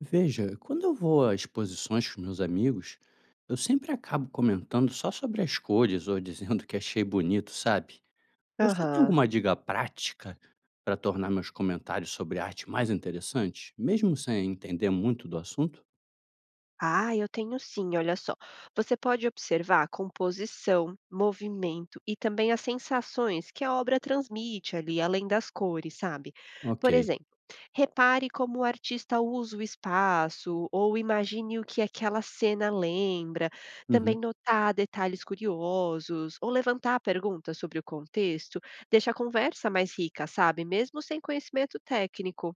Veja, quando eu vou a exposições com meus amigos, eu sempre acabo comentando só sobre as cores ou dizendo que achei bonito, sabe? Você tem Aham. alguma dica prática para tornar meus comentários sobre arte mais interessantes, mesmo sem entender muito do assunto? Ah, eu tenho sim, olha só. Você pode observar a composição, movimento e também as sensações que a obra transmite ali, além das cores, sabe? Ok. Por exemplo, repare como o artista usa o espaço, ou imagine o que aquela cena lembra. Também Uhum. notar detalhes curiosos, ou levantar perguntas sobre o contexto, deixa a conversa mais rica, sabe? Mesmo sem conhecimento técnico.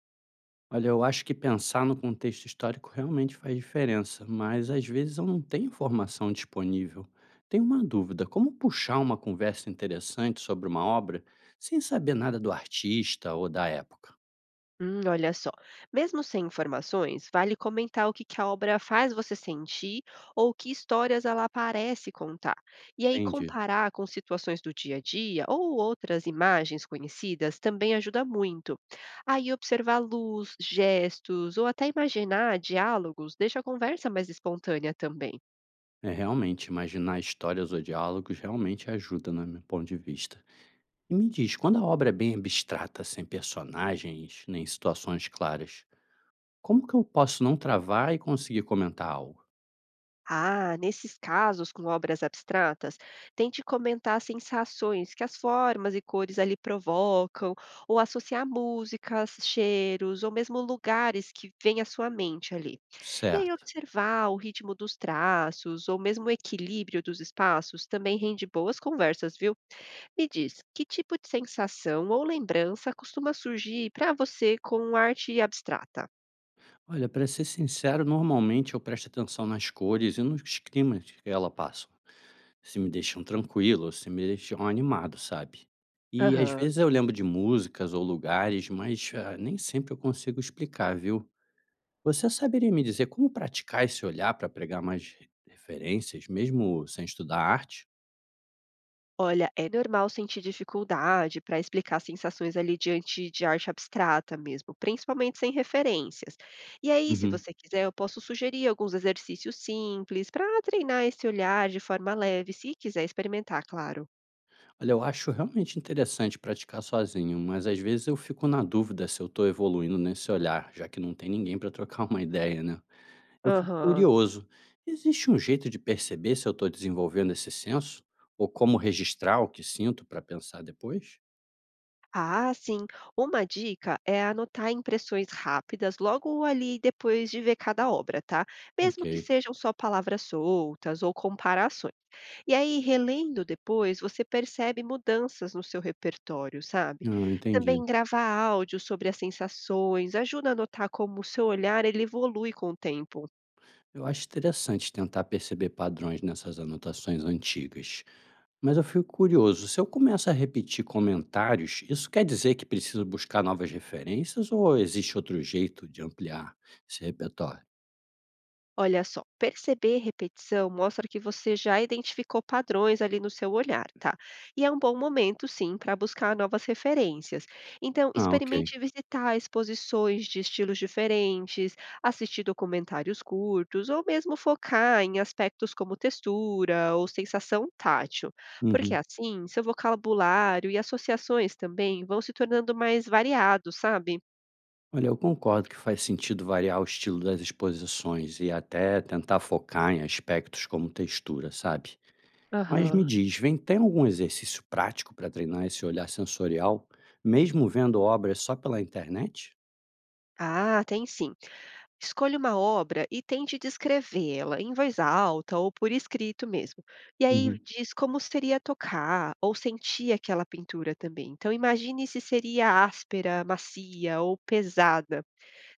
Olha, eu acho que pensar no contexto histórico realmente faz diferença, mas às vezes eu não tenho informação disponível. Tenho uma dúvida: como puxar uma conversa interessante sobre uma obra sem saber nada do artista ou da época? Olha só. Mesmo sem informações, vale comentar o que que a obra faz você sentir ou que histórias ela parece contar. E aí Entendi. comparar com situações do dia a dia ou outras imagens conhecidas também ajuda muito. Aí observar luz, gestos ou até imaginar diálogos deixa a conversa mais espontânea também. É, realmente imaginar histórias ou diálogos realmente ajuda, no meu ponto de vista. E me diz, quando a obra é bem abstrata, sem personagens nem situações claras, como que eu posso não travar e conseguir comentar algo? Ah, nesses casos com obras abstratas, tente comentar sensações que as formas e cores ali provocam, ou associar músicas, cheiros, ou mesmo lugares que vêm à sua mente ali. E aí Certo. observar o ritmo dos traços, ou mesmo o equilíbrio dos espaços, também rende boas conversas, viu? Me diz, que tipo de sensação ou lembrança costuma surgir para você com arte abstrata? Olha, para ser sincero, normalmente eu presto atenção nas cores e nos climas que ela passa, se me deixam tranquilo, se me deixam animado, sabe? E às Aham. vezes eu lembro de músicas ou lugares, mas nem sempre eu consigo explicar, viu? Você saberia me dizer como praticar esse olhar para pegar mais referências, mesmo sem estudar arte? Olha, é normal sentir dificuldade para explicar sensações ali diante de arte abstrata mesmo, principalmente sem referências. E aí, se Uhum. você quiser, eu posso sugerir alguns exercícios simples para treinar esse olhar de forma leve, se quiser experimentar, claro. Olha, eu acho realmente interessante praticar sozinho, mas às vezes eu fico na dúvida se eu estou evoluindo nesse olhar, já que não tem ninguém para trocar uma ideia, né? Eu fico Aham. curioso, existe um jeito de perceber se eu estou desenvolvendo esse senso? Ou como registrar o que sinto para pensar depois? Ah, sim. Uma dica é anotar impressões rápidas logo ali depois de ver cada obra, tá? Mesmo que Ok, sejam só palavras soltas ou comparações. E aí, relendo depois, você percebe mudanças no seu repertório, sabe. ah, entendi. Também gravar áudio sobre as sensações ajuda a notar como o seu olhar ele evolui com o tempo. Eu acho interessante tentar perceber padrões nessas anotações antigas, mas eu fico curioso, se eu começo a repetir comentários, isso quer dizer que preciso buscar novas referências ou existe outro jeito de ampliar esse repertório? Olha só, perceber repetição mostra que você já identificou padrões ali no seu olhar, tá? E é um bom momento, sim, para buscar novas referências. Então, Ah, ok. experimente visitar exposições de estilos diferentes, assistir documentários curtos, ou mesmo focar em aspectos como textura ou sensação tátil, porque Uhum. assim seu vocabulário e associações também vão se tornando mais variados, sabe? Olha, eu concordo que faz sentido variar o estilo das exposições e até tentar focar em aspectos como textura, sabe? Mas me Aham. diz, vem, tem algum exercício prático para treinar esse olhar sensorial, mesmo vendo obras só pela internet? Ah, tem sim. Escolha uma obra e tente descrevê-la em voz alta ou por escrito mesmo. E aí Uhum. diz como seria tocar ou sentir aquela pintura também. Então imagine se seria áspera, macia ou pesada.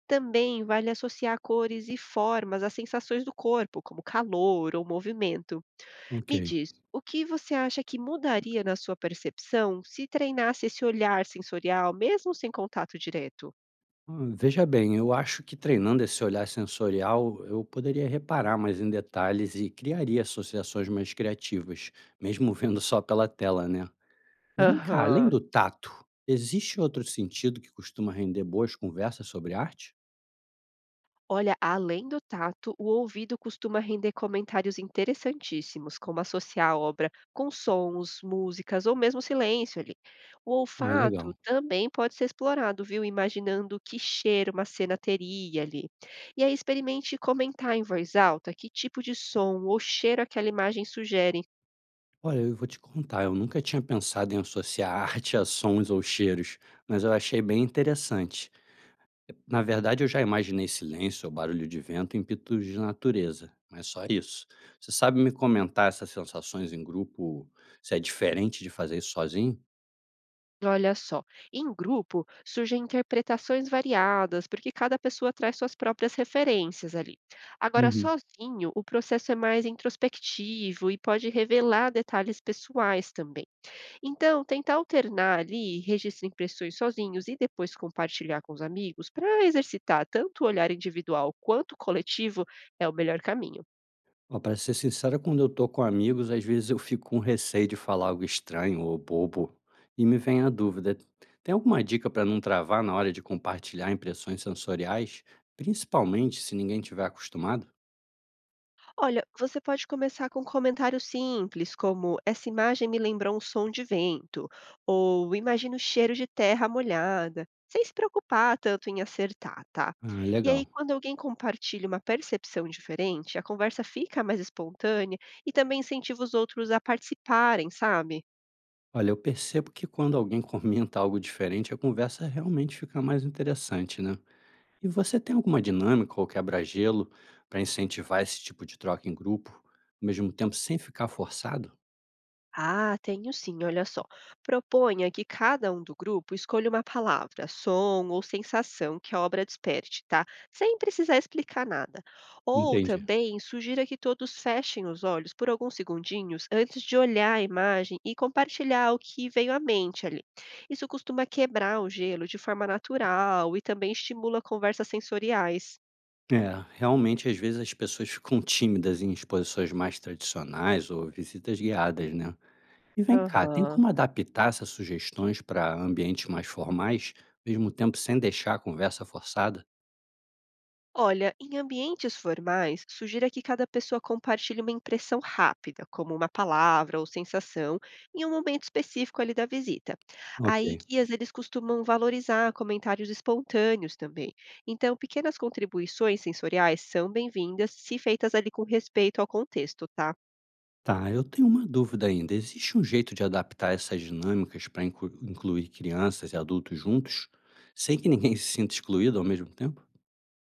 Também vale associar cores e formas às sensações do corpo, como calor ou movimento. Ok. Me diz, o que você acha que mudaria na sua percepção se treinasse esse olhar sensorial, mesmo sem contato direto? Ah, veja bem, eu acho que treinando esse olhar sensorial, eu poderia reparar mais em detalhes e criaria associações mais criativas, mesmo vendo só pela tela, né? Vem cá, além Aham. do tato, existe outro sentido que costuma render boas conversas sobre arte? Olha, além do tato, o ouvido costuma render comentários interessantíssimos, como associar a obra com sons, músicas ou mesmo silêncio ali. O Ah, olfato legal. também pode ser explorado, viu? Imaginando que cheiro uma cena teria ali. E aí experimente comentar em voz alta que tipo de som ou cheiro aquela imagem sugere. Olha, eu vou te contar, eu nunca tinha pensado em associar arte a sons ou cheiros, mas eu achei bem interessante. Na verdade, eu já imaginei silêncio ou barulho de vento em pitos de natureza, mas só isso. Você sabe me comentar essas sensações em grupo, se é diferente de fazer isso sozinho? Olha só, em grupo surgem interpretações variadas, porque cada pessoa traz suas próprias referências ali. Agora, Uhum. sozinho, o processo é mais introspectivo e pode revelar detalhes pessoais também. Então, tentar alternar ali, registra impressões sozinhos e depois compartilhar com os amigos, para exercitar tanto o olhar individual quanto o coletivo, é o melhor caminho. Ó, pra ser sincero, quando eu tô com amigos, às vezes eu fico com receio de falar algo estranho ou bobo e me vem a dúvida. Tem alguma dica para não travar na hora de compartilhar impressões sensoriais, principalmente se ninguém tiver acostumado? Olha, você pode começar com comentários simples, como essa imagem me lembrou um som de vento, ou imagina o cheiro de terra molhada, sem se preocupar tanto em acertar, tá? Ah, E legal. aí, quando alguém compartilha uma percepção diferente, a conversa fica mais espontânea e também incentiva os outros a participarem, sabe? Olha, eu percebo que quando alguém comenta algo diferente, a conversa realmente fica mais interessante, né? E você tem alguma dinâmica ou quebra-gelo para incentivar esse tipo de troca em grupo, ao mesmo tempo sem ficar forçado? Ah, tenho sim, olha só. Proponha que cada um do grupo escolha uma palavra, som ou sensação que a obra desperte, tá? Sem precisar explicar nada. Ou Entendi. também sugira que todos fechem os olhos por alguns segundinhos antes de olhar a imagem e compartilhar o que veio à mente ali. Isso costuma quebrar o gelo de forma natural e também estimula conversas sensoriais. É, realmente, às vezes, as pessoas ficam tímidas em exposições mais tradicionais ou visitas guiadas, né? E vem cá, tem Aham. como adaptar essas sugestões para ambientes mais formais, mesmo tempo sem deixar a conversa forçada? Olha, em ambientes formais, sugira que cada pessoa compartilhe uma impressão rápida, como uma palavra ou sensação, em um momento específico ali da visita. Ok. Aí, guias, eles costumam valorizar comentários espontâneos também. Então, pequenas contribuições sensoriais são bem-vindas se feitas ali com respeito ao contexto, tá? Tá, eu tenho uma dúvida ainda. Existe um jeito de adaptar essas dinâmicas para incluir crianças e adultos juntos, sem que ninguém se sinta excluído ao mesmo tempo?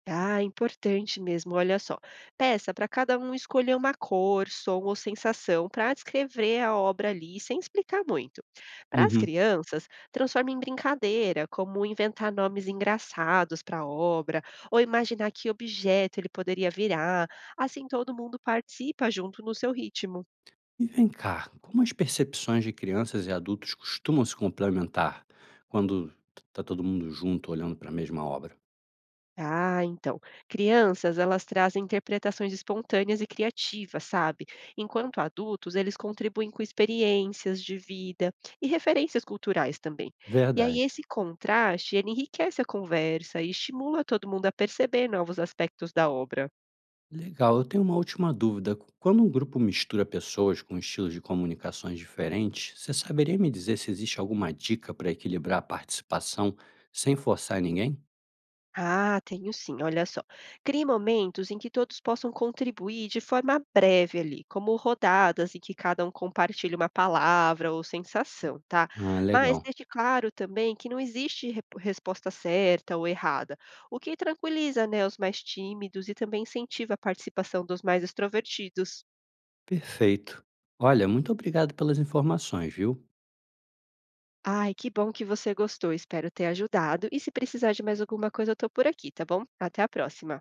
Ah, importante mesmo, olha só. Peça para cada um escolher uma cor, som ou sensação para descrever a obra ali, sem explicar muito. Para as crianças, transforme em brincadeira, como inventar nomes engraçados para a obra, ou imaginar que objeto ele poderia virar. Assim todo mundo participa junto no seu ritmo. E vem cá, como as percepções de crianças e adultos costumam se complementar quando tá todo mundo junto olhando para a mesma obra? Ah, então. Crianças, elas trazem interpretações espontâneas e criativas, sabe? Enquanto adultos, eles contribuem com experiências de vida e referências culturais também. E Verdade. aí esse contraste, ele enriquece a conversa e estimula todo mundo a perceber novos aspectos da obra. Legal, eu tenho uma última dúvida. Quando um grupo mistura pessoas com estilos de comunicações diferentes, você saberia me dizer se existe alguma dica para equilibrar a participação sem forçar ninguém? Ah, tenho sim, olha só. Crie momentos em que todos possam contribuir de forma breve ali, como rodadas em que cada um compartilha uma palavra ou sensação, tá? Ah, Mas legal. deixe claro também que não existe resposta certa ou errada, o que tranquiliza, né, os mais tímidos e também incentiva a participação dos mais extrovertidos. Perfeito. Olha, muito obrigado pelas informações, viu? Ai, que bom que você gostou, espero ter ajudado. E se precisar de mais alguma coisa, eu tô por aqui, tá bom? Até a próxima.